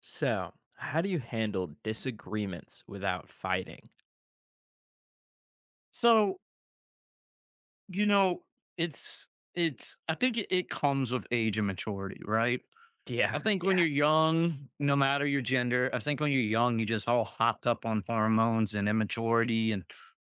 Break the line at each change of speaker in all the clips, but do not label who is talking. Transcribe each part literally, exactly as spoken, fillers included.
So, how do you handle disagreements without fighting?
So, you know, it's it's I think it, it comes with age and maturity, right?
Yeah,
I think when
yeah.
you're young, no matter your gender, I think when you're young, you just all hopped up on hormones and immaturity and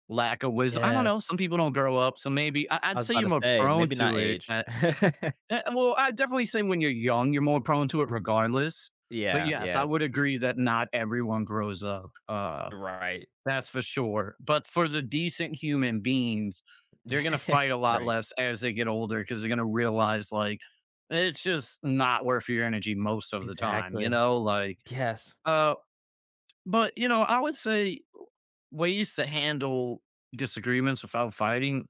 lack of wisdom. I don't know.
Yes.
Some people don't grow up, so maybe I,
I
I'd
was
say
about
you're
to
more
say,
prone
maybe not
to it.
aged.
At, eh, well, I definitely say when you're young, you're more prone to it, regardless. But
Yeah,
yes,
yeah,
I would agree that not everyone grows up. Uh,
right.
that's for sure. But for the decent human beings, they're going to fight a lot
Right.
less as they get older because they're going to realize, like, it's just not worth your energy most of the time, you
Exactly.
know? Like,
Yes.
uh, but, you know, I would say ways to handle disagreements without fighting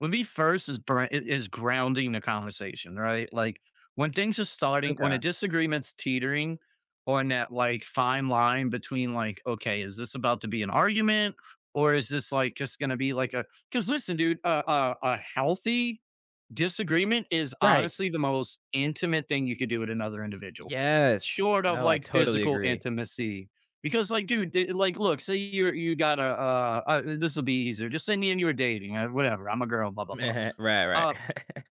with me first is br- is grounding the conversation, right? Like when things are starting, when a
Okay.
disagreement's teetering on that like fine line between like, okay, is this about to be an argument or is this like just going to be like a? Because listen, dude, uh, uh, a healthy disagreement is
Right.
honestly the most intimate thing you could do with another individual,
Yes.
short of
No, I
like
totally
physical
agree.
intimacy. Because like, dude, it- like, look, say you you got a uh, uh this will be easier. Just say me and you were dating, uh, whatever. I'm a girl, blah blah blah.
Right, right.
Uh,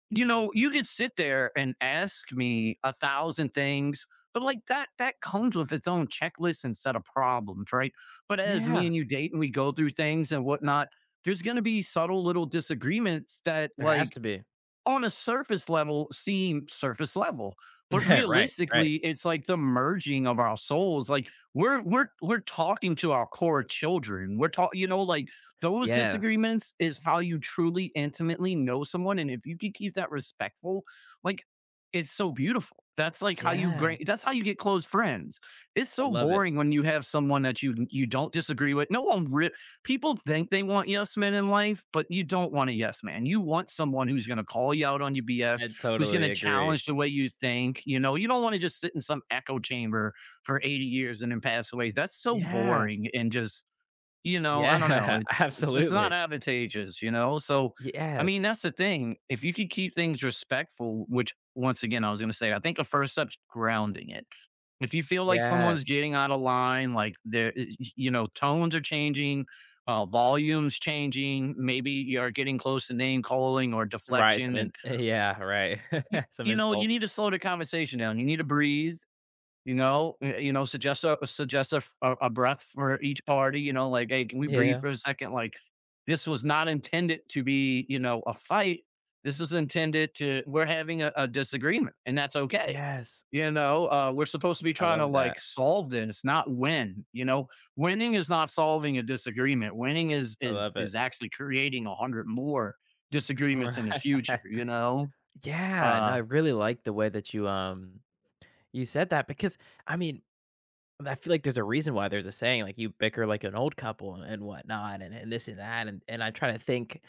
you know, you could sit there and ask me a thousand things, but like that that comes with its own checklist and set of problems, right? But as me
Yeah,
and you date and we go through things and whatnot, there's going to be subtle little disagreements that
there has
like
to be.
on a surface level seem surface level. But
Right, right.
realistically, it's like the merging of our souls. Like we're we're we're talking to our core children. We're talking, you know, like those
Yeah,
disagreements is how you truly intimately know someone. And if you can keep that respectful, like it's so beautiful. That's like how you gra-
yeah.
that's how you get close friends. It's
I
so
love it.
boring when you have someone that you you don't disagree with. No one re- People think they want yes men in life, but you don't want a yes man. You want someone who's going to call you out on your B S,
I
who's going
totally
to
agree.
challenge the way you think. You know, you don't want to just sit in some echo chamber for eighty years and then pass away. That's so
Yeah,
boring and just, you know, I don't know.
yeah,
It's, it's, it's
absolutely.
not advantageous, you know? So, I mean,
Yes,
that's the thing. If you could keep things respectful, which once again, I was going to say, I think the first step's grounding it. If you feel like someone's
yes.
getting out of line, like there, you know, tones are changing, uh, volumes changing, maybe you're getting close to name calling or
Right, some
deflection,
in
and
yeah, right.
you,
Some
you know, you need to
insults.
slow the conversation down. You need to breathe. You know, y- you know, suggest a suggest a, a a breath for each party. You know, like, hey, can we breathe for
Yeah.
a second? Like, this was not intended to be, you know, a fight. This is intended to we're having a, a disagreement, and that's okay.
Yes,
You know, uh, we're supposed to be
I
trying to
love
like
that.
solve this, not win. You know, winning is not solving a disagreement. Winning is
I
is
love it.
is actually creating a hundred more disagreements in the
Right.
future. You know,
Yeah, no, I
uh,
really like the way that you, um, you said that because, I mean, I feel like there's a reason why there's a saying, like, "You bicker like an old couple," and and whatnot, and and this and that, and and I try to think,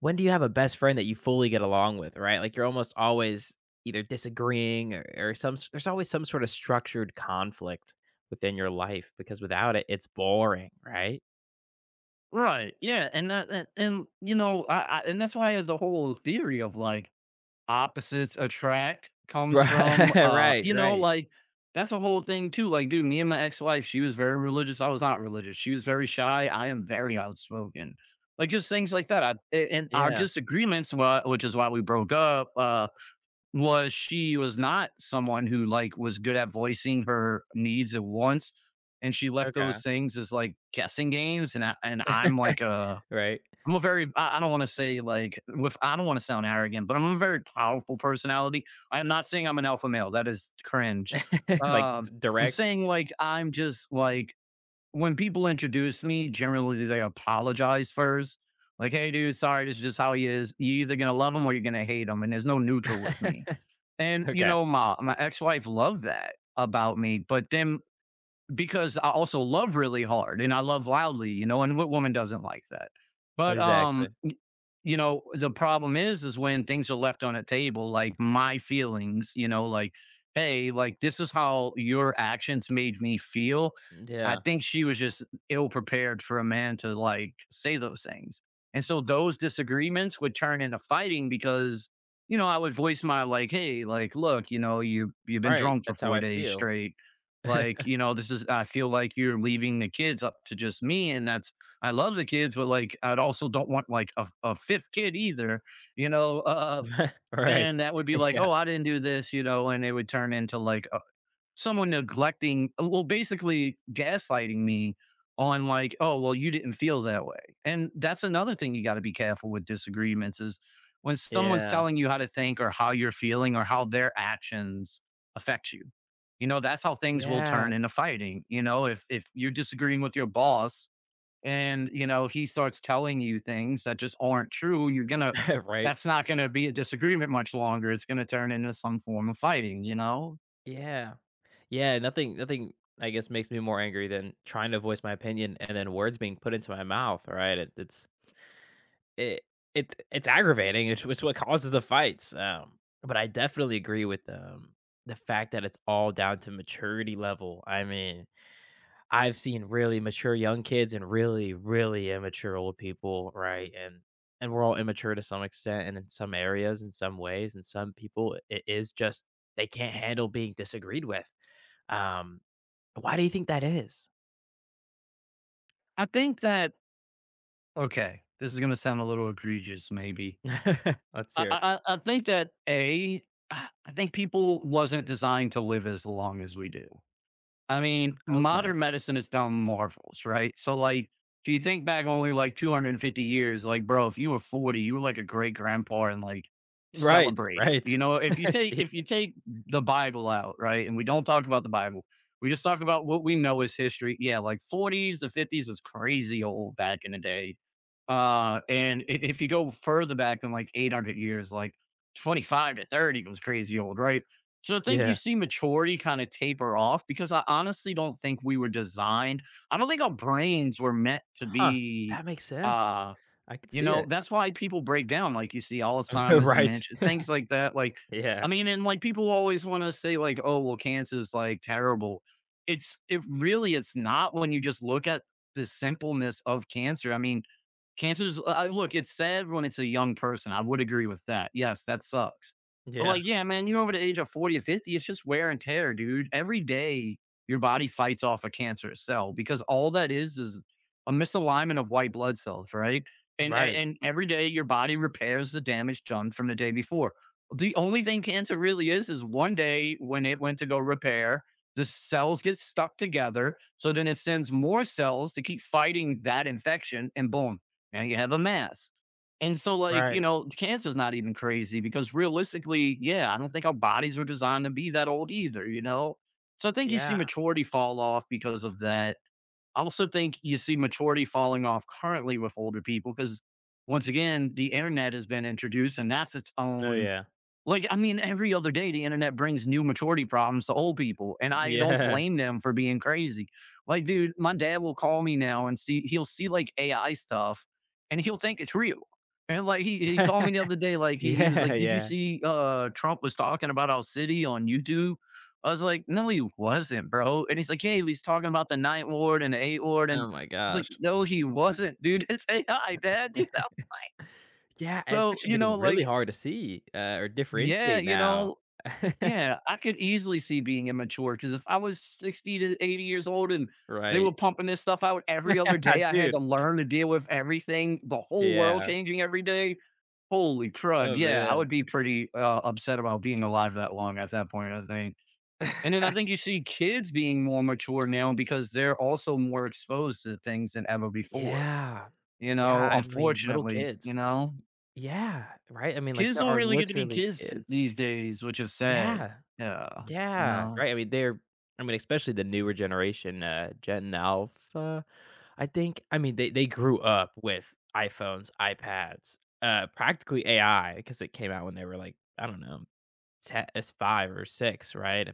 when do you have a best friend that you fully get along with, right? Like, you're almost always either disagreeing or or some s there's always some sort of structured conflict within your life because without it, it's boring, right?
right? Yeah, and that, and, and you know, I, I and that's why the whole theory of like opposites attract comes
Right,
from, uh,
right,
you know,
right.
like, that's a whole thing too, like, dude, me and my ex-wife, she was very religious, I was not religious, she was very shy, I am very outspoken, like, just things like that, I a and our
Yeah,
disagreements wa which is why we broke up, uh, was she was not someone who, like, was good at voicing her needs and wants, and she left
okay.
those things as, like, guessing games, and I and I'm like a
Right?
I'm a very, I I don't want to say like, with, I don't want to sound arrogant, but I'm a very powerful personality. I'm not saying I'm an alpha male. That is cringe.
Like, d
Um, I'm
direct?
saying like, I'm just like, when people introduce me, generally they apologize first. Like, hey, dude, sorry, this is just how he is. You're either going to love him or you're going to hate him. And there's no neutral with me. And, you
Okay.
know, my, my ex wife loved that about me. But then because I also love really hard and I love loudly, you know, and what woman doesn't like that? But um
Exactly.
y- you know, the problem is is when things are left on a table, like my feelings, you know, like, hey, like this is how your actions made me feel. I
Yeah,
think she was just ill prepared for a man to like say those things. And so those disagreements would turn into fighting because, you know, I would voice my like, hey, like, look, you know, you you've been
right,
drunk for
that's how
four
I
days
feel.
straight like, you know, this is I feel like you're leaving the kids up to just me, and that's I love the kids, but, like, I'd also don't want, like, a a fifth kid either, you know, uh,
Right.
and that would be like,
Yeah.
"Oh, I didn't do this," you know, and it would turn into, like, someone neglecting, uh, well, basically gaslighting me on like, oh, well, you didn't feel that way. And that's another thing you got to be careful with disagreements is when someone's
Yeah.
telling you how to think or how you're feeling or how their actions affect you. You know, that's how things will
Yes.
turn into fighting. You know, if if you're disagreeing with your boss and, you know, he starts telling you things that just aren't true, you're going to
Right?
that's not going to be a disagreement much longer. It's going to turn into some form of fighting, you know?
Yeah. Yeah, nothing nothing, I guess, makes me more angry than trying to voice my opinion and then words being put into my mouth, right? It it's It it's it's aggravating, it's it's what causes the fights, um, but I definitely agree with, um, the fact that it's all down to maturity level, I mean, I've seen really mature young kids and really, really immature old people, right? And and we're all immature to some extent and in some areas, in some ways, and some people, it is just they can't handle being disagreed with, um, why do you think that is?
I think that Okay, this is gonna sound a little egregious, maybe.
Let's
I
hear it.
I I I think that, A, I think people wasn't designed to live as long as we do. I mean,
Okay.
modern medicine has done marvels, right? So, like, if you think back only like two hundred fifty years, like, bro, if you were forty, you were like a great grandpa and like
Right,
celebrate it.
right.
You know, if you take if you take the Bible out, right, and we don't talk about the Bible, we just talk about what we know is history. Yeah, like forties, the fifties is crazy old back in the day. Uh, and i- if you go further back than like eight hundred years, like twenty-five to thirty was crazy old, right? So I think you
Yeah.
see maturity kind of taper off because I honestly don't think we were designed. I don't think our brains were meant to
Huh,
be.
that makes sense.
uh,
I could
you
see
know,
it.
that's why people break down. Like you see Alzheimer's,
Right.
dementia, things like that. Like,
Yeah.
I mean, and like people always want to say, like, oh, well, cancer's like terrible. It's it really it's not when you just look at the simpleness of cancer. I mean, Cancer's uh, look, it's sad when it's a young person. I would agree with that. Yes, that sucks. But
Yeah.
like, yeah, man, you're over the age of forty or fifty, it's just wear and tear, dude. Every day your body fights off a cancerous cell because all that is is a misalignment of white blood cells, right? And a-
Right,
and every day your body repairs the damage done from the day before. The only thing cancer really is is one day when it went to go repair, the cells get stuck together. So then it sends more cells to keep fighting that infection and boom, now you have a mass. And so, like, you
right.
know, cancer's not even crazy because realistically, yeah, I don't think our bodies are designed to be that old either, you know? So I think you see
Yeah.
maturity fall off because of that. I also think you see maturity falling off currently with older people because, once again, the internet has been introduced and that's its
Oh,
own
yeah.
like, I mean, every other day, the internet brings new maturity problems to old people, and I don't
Yes.
blame them for being crazy. Like, dude, my dad will call me now and see he'll see like A I stuff, and he'll think it's real. And like he he called me the other day, like he he was
Yeah,
like, "Did you
yeah.
see uh Trump was talking about our city on YouTube?" I was like, "No, he wasn't, bro." And he's like, "Yeah, he was talking about the Ninth Ward and the Eighth Ward," and
Oh my
I was like,
gosh.
"No, he wasn't, dude. It's A I, Dad. You know."
Yeah, it's
So
actually
you know,
getting really
like,
hard to see, uh, or
yeah,
differentiate
you
now.
know, yeah, I could easily see being immature because if I was sixty to eighty years old and they
Right.
were pumping this stuff out every other day, I had
Dude.
to learn to deal with everything, the whole world
Yeah.
changing every day. Holy crud,
Oh,
yeah, I would
man.
be pretty, uh, upset about being alive that long at that point, I think. And then I think you see kids being more mature now because they're also more exposed to things than ever before,
Yeah.
you
Yeah,
know,
I mean, little
unfortunately, you
kids.
know?
Yeah, right? I mean, like,
Kids
there
don't
are
really get to be
literally
kids
kids.
these days, which is sad.
Yeah.
Yeah, you
Yeah,
know?
right, I mean, they're I mean, especially the newer generation, uh, Gen Alpha, I think I mean, they they grew up with iPhones, iPads, uh, practically A I because it came out when they were, like, I don't know, te it's five or six, right?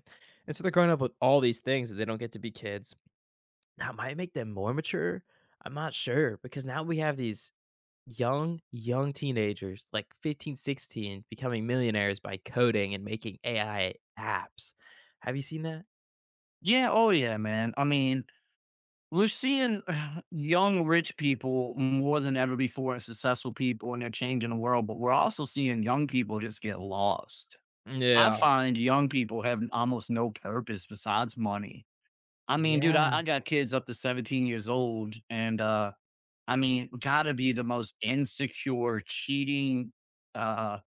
And so they're growing up with all these things that they don't get to be kids. Now, it might make them more mature? I'm not sure because now we have these young, young teenagers, like fifteen, sixteen, becoming millionaires by coding and making A I apps. Have you seen that?
Yeah, oh yeah, man. I mean, we're seeing young rich people more than ever before and successful people and they're changing the world, but we're also seeing young people just get lost. I
Yeah.
find young people have almost no purpose besides money. I mean, dude,
Yeah,
I, I got kids up to seventeen years old and uh I mean, gotta be the most insecure, cheating, uh,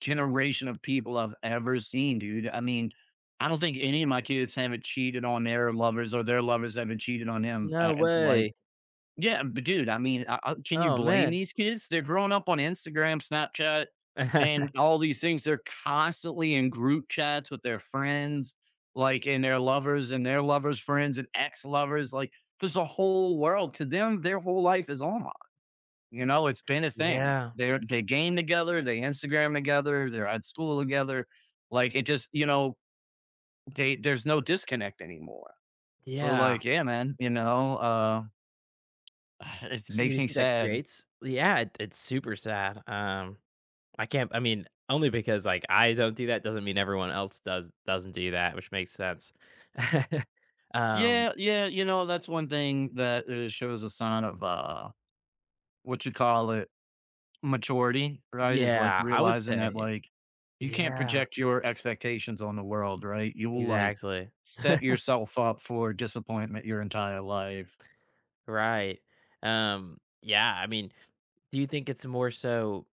generation of people I've ever seen, dude. I mean, I don't think any of my kids haven't cheated on their lovers or their lovers haven't cheated on him.
no
Uh, and, like,
way.
yeah, but dude, I mean, I, I, can you
Oh,
blame
man.
these kids? They're growing up on Instagram, Snapchat, and all these things. They're constantly in group chats with their friends, like, and their lovers and their lovers' friends and ex lovers. Like, there's a whole world to them. Their whole life is online. You know, it's been a thing.
Yeah,
they they game together, they Instagram together, they're at school together. Like it just, you know, they there's no disconnect anymore. So
yeah.
like, yeah, man, you know, uh it
So
makes
you
me
think that
sad.
creates— Yeah, it it's super sad. Um, I can't I mean, only because, like, I don't do that doesn't mean everyone else does doesn't do that, which makes sense. Um,
Yeah, yeah, you know, that's one thing that uh, shows a sign of uh what you call it, maturity, right? Is like
yeah, I would
realizing that
say.
like you can't
Yeah,
project your expectations on the world, right? You will like
exactly.
set yourself up for disappointment your entire life.
Right. Um, yeah, I mean, do you think it's more so—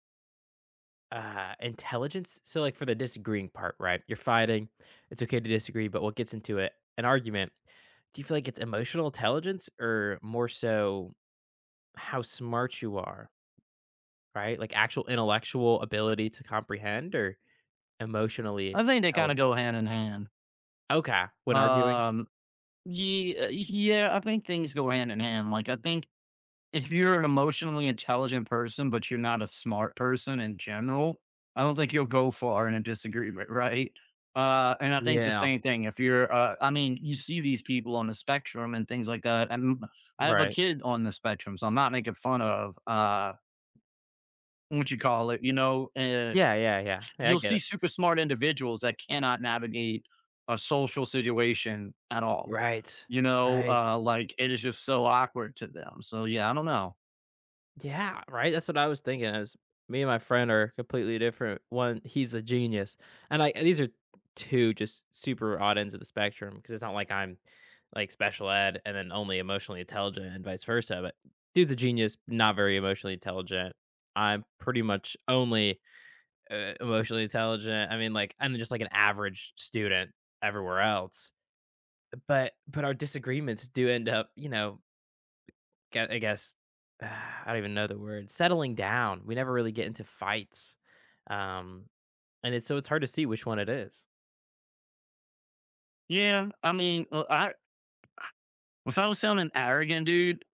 Uh, intelligence? So, like for the disagreeing part, right? You're fighting. It's okay to disagree, but what gets into it? An argument. Do you feel like it's emotional intelligence or more so how smart you are, right? Like actual intellectual ability to comprehend or emotionally
I think they kinda
intelligent?
go hand in hand.
Okay. When arguing?
Um, ye uh, yeah, I think things go hand in hand. Like, I think if you're an emotionally intelligent person, but you're not a smart person in general, I don't think you'll go far in a disagreement, right? Uh, and I think the
Yeah.
same thing if you're, uh I mean, you see these people on the spectrum and things like that, and I have a
Right.
kid on the spectrum, so I'm not making fun of, uh, what you call it, you know? Uh
Yeah. Yeah. Yeah, yeah, I
You'll
get
see
it.
super smart individuals that cannot navigate a social situation at all.
Right.
You know,
Right.
uh, like it is just so awkward to them. So yeah, I don't know.
Yeah, right? That's what I was thinking is me and my friend are completely different. One, he's a genius. And like these are two just super odd ends of the spectrum because it's not like I'm like special ed and then only emotionally intelligent and vice versa. But dude's a genius, not very emotionally intelligent. I'm pretty much only uh, emotionally intelligent. I mean, like I'm just like an average student everywhere else. But but our disagreements do end up, you know, gue I guess, I don't even know the word, settling down. We never really get into fights, um, and it's so it's hard to see which one it is.
Yeah, I mean, uh, I if I was sounding arrogant, dude,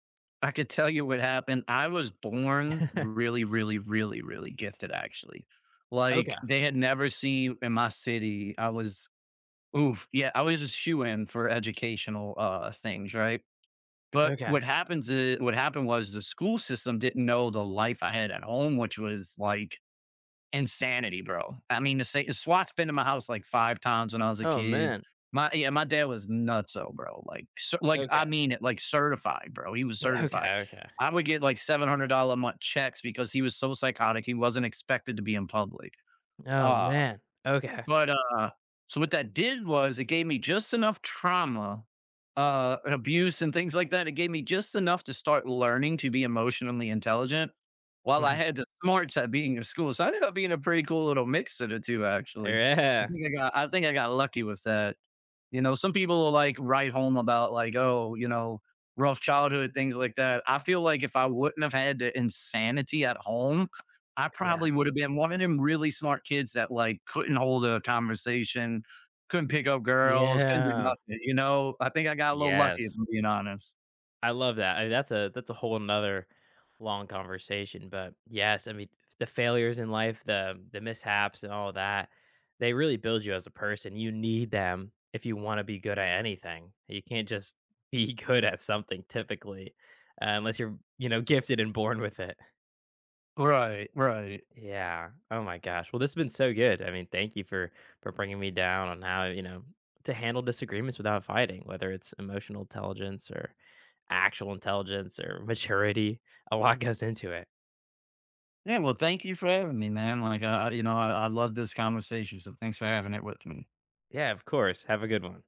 I could tell you what happened. I was born really, really, really, really gifted. Actually,
Okay,
like they had never seen in my city. I was oof, yeah, I was a shoe in for educational uh things, right? But
okay.
what happens is what happened was the school system didn't know the life I had at home, which was like insanity, bro. I mean, the, sa- the SWAT's been to my house like five times when I was a
Oh,
kid.
man.
My Yeah, my dad was nuts, oh, bro. Like, cer- like I
Okay,
mean it, like certified, bro. He was certified.
okay, okay.
I would get like seven hundred dollar a month checks because he was so psychotic. He wasn't expected to be in public.
Oh,
Uh,
man. Okay.
but, uh so what that did was it gave me just enough trauma, uh, and abuse and things like that. It gave me just enough to start learning to be emotionally intelligent while I
Nice.
had the smarts at being in school. So I ended up being a pretty cool little mix of the two, actually. I
Yeah.
think I got I think I got lucky with that. You know, some people will like write home about like, oh, you know, rough childhood, things like that. I feel like if I wouldn't have had the insanity at home, I
Yeah.
probably would have been one of them really smart kids that like couldn't hold a conversation, couldn't pick up girls, couldn't do
Yeah.
nothing. You know, I think I got a little lucky if
Yes.
I'm being honest.
I love that. I mean, that's a that's a whole another long conversation. But yes, I mean the failures in life, the the mishaps and all of that, they really build you as a person. You need them if you want to be good at anything. You can't just be good at something typically, uh, unless you're you know gifted and born with it.
Right, right.
Yeah. Oh my gosh. Well, this has been so good. I mean, thank you for for bringing me down on how, you know, to handle disagreements without fighting, whether it's emotional intelligence or actual intelligence or maturity. A lot goes into it.
Yeah, well, thank you for having me, man. Like, uh, you know, I, I love this conversation. So thanks for having it with me.
Yeah, of course. Have a good one.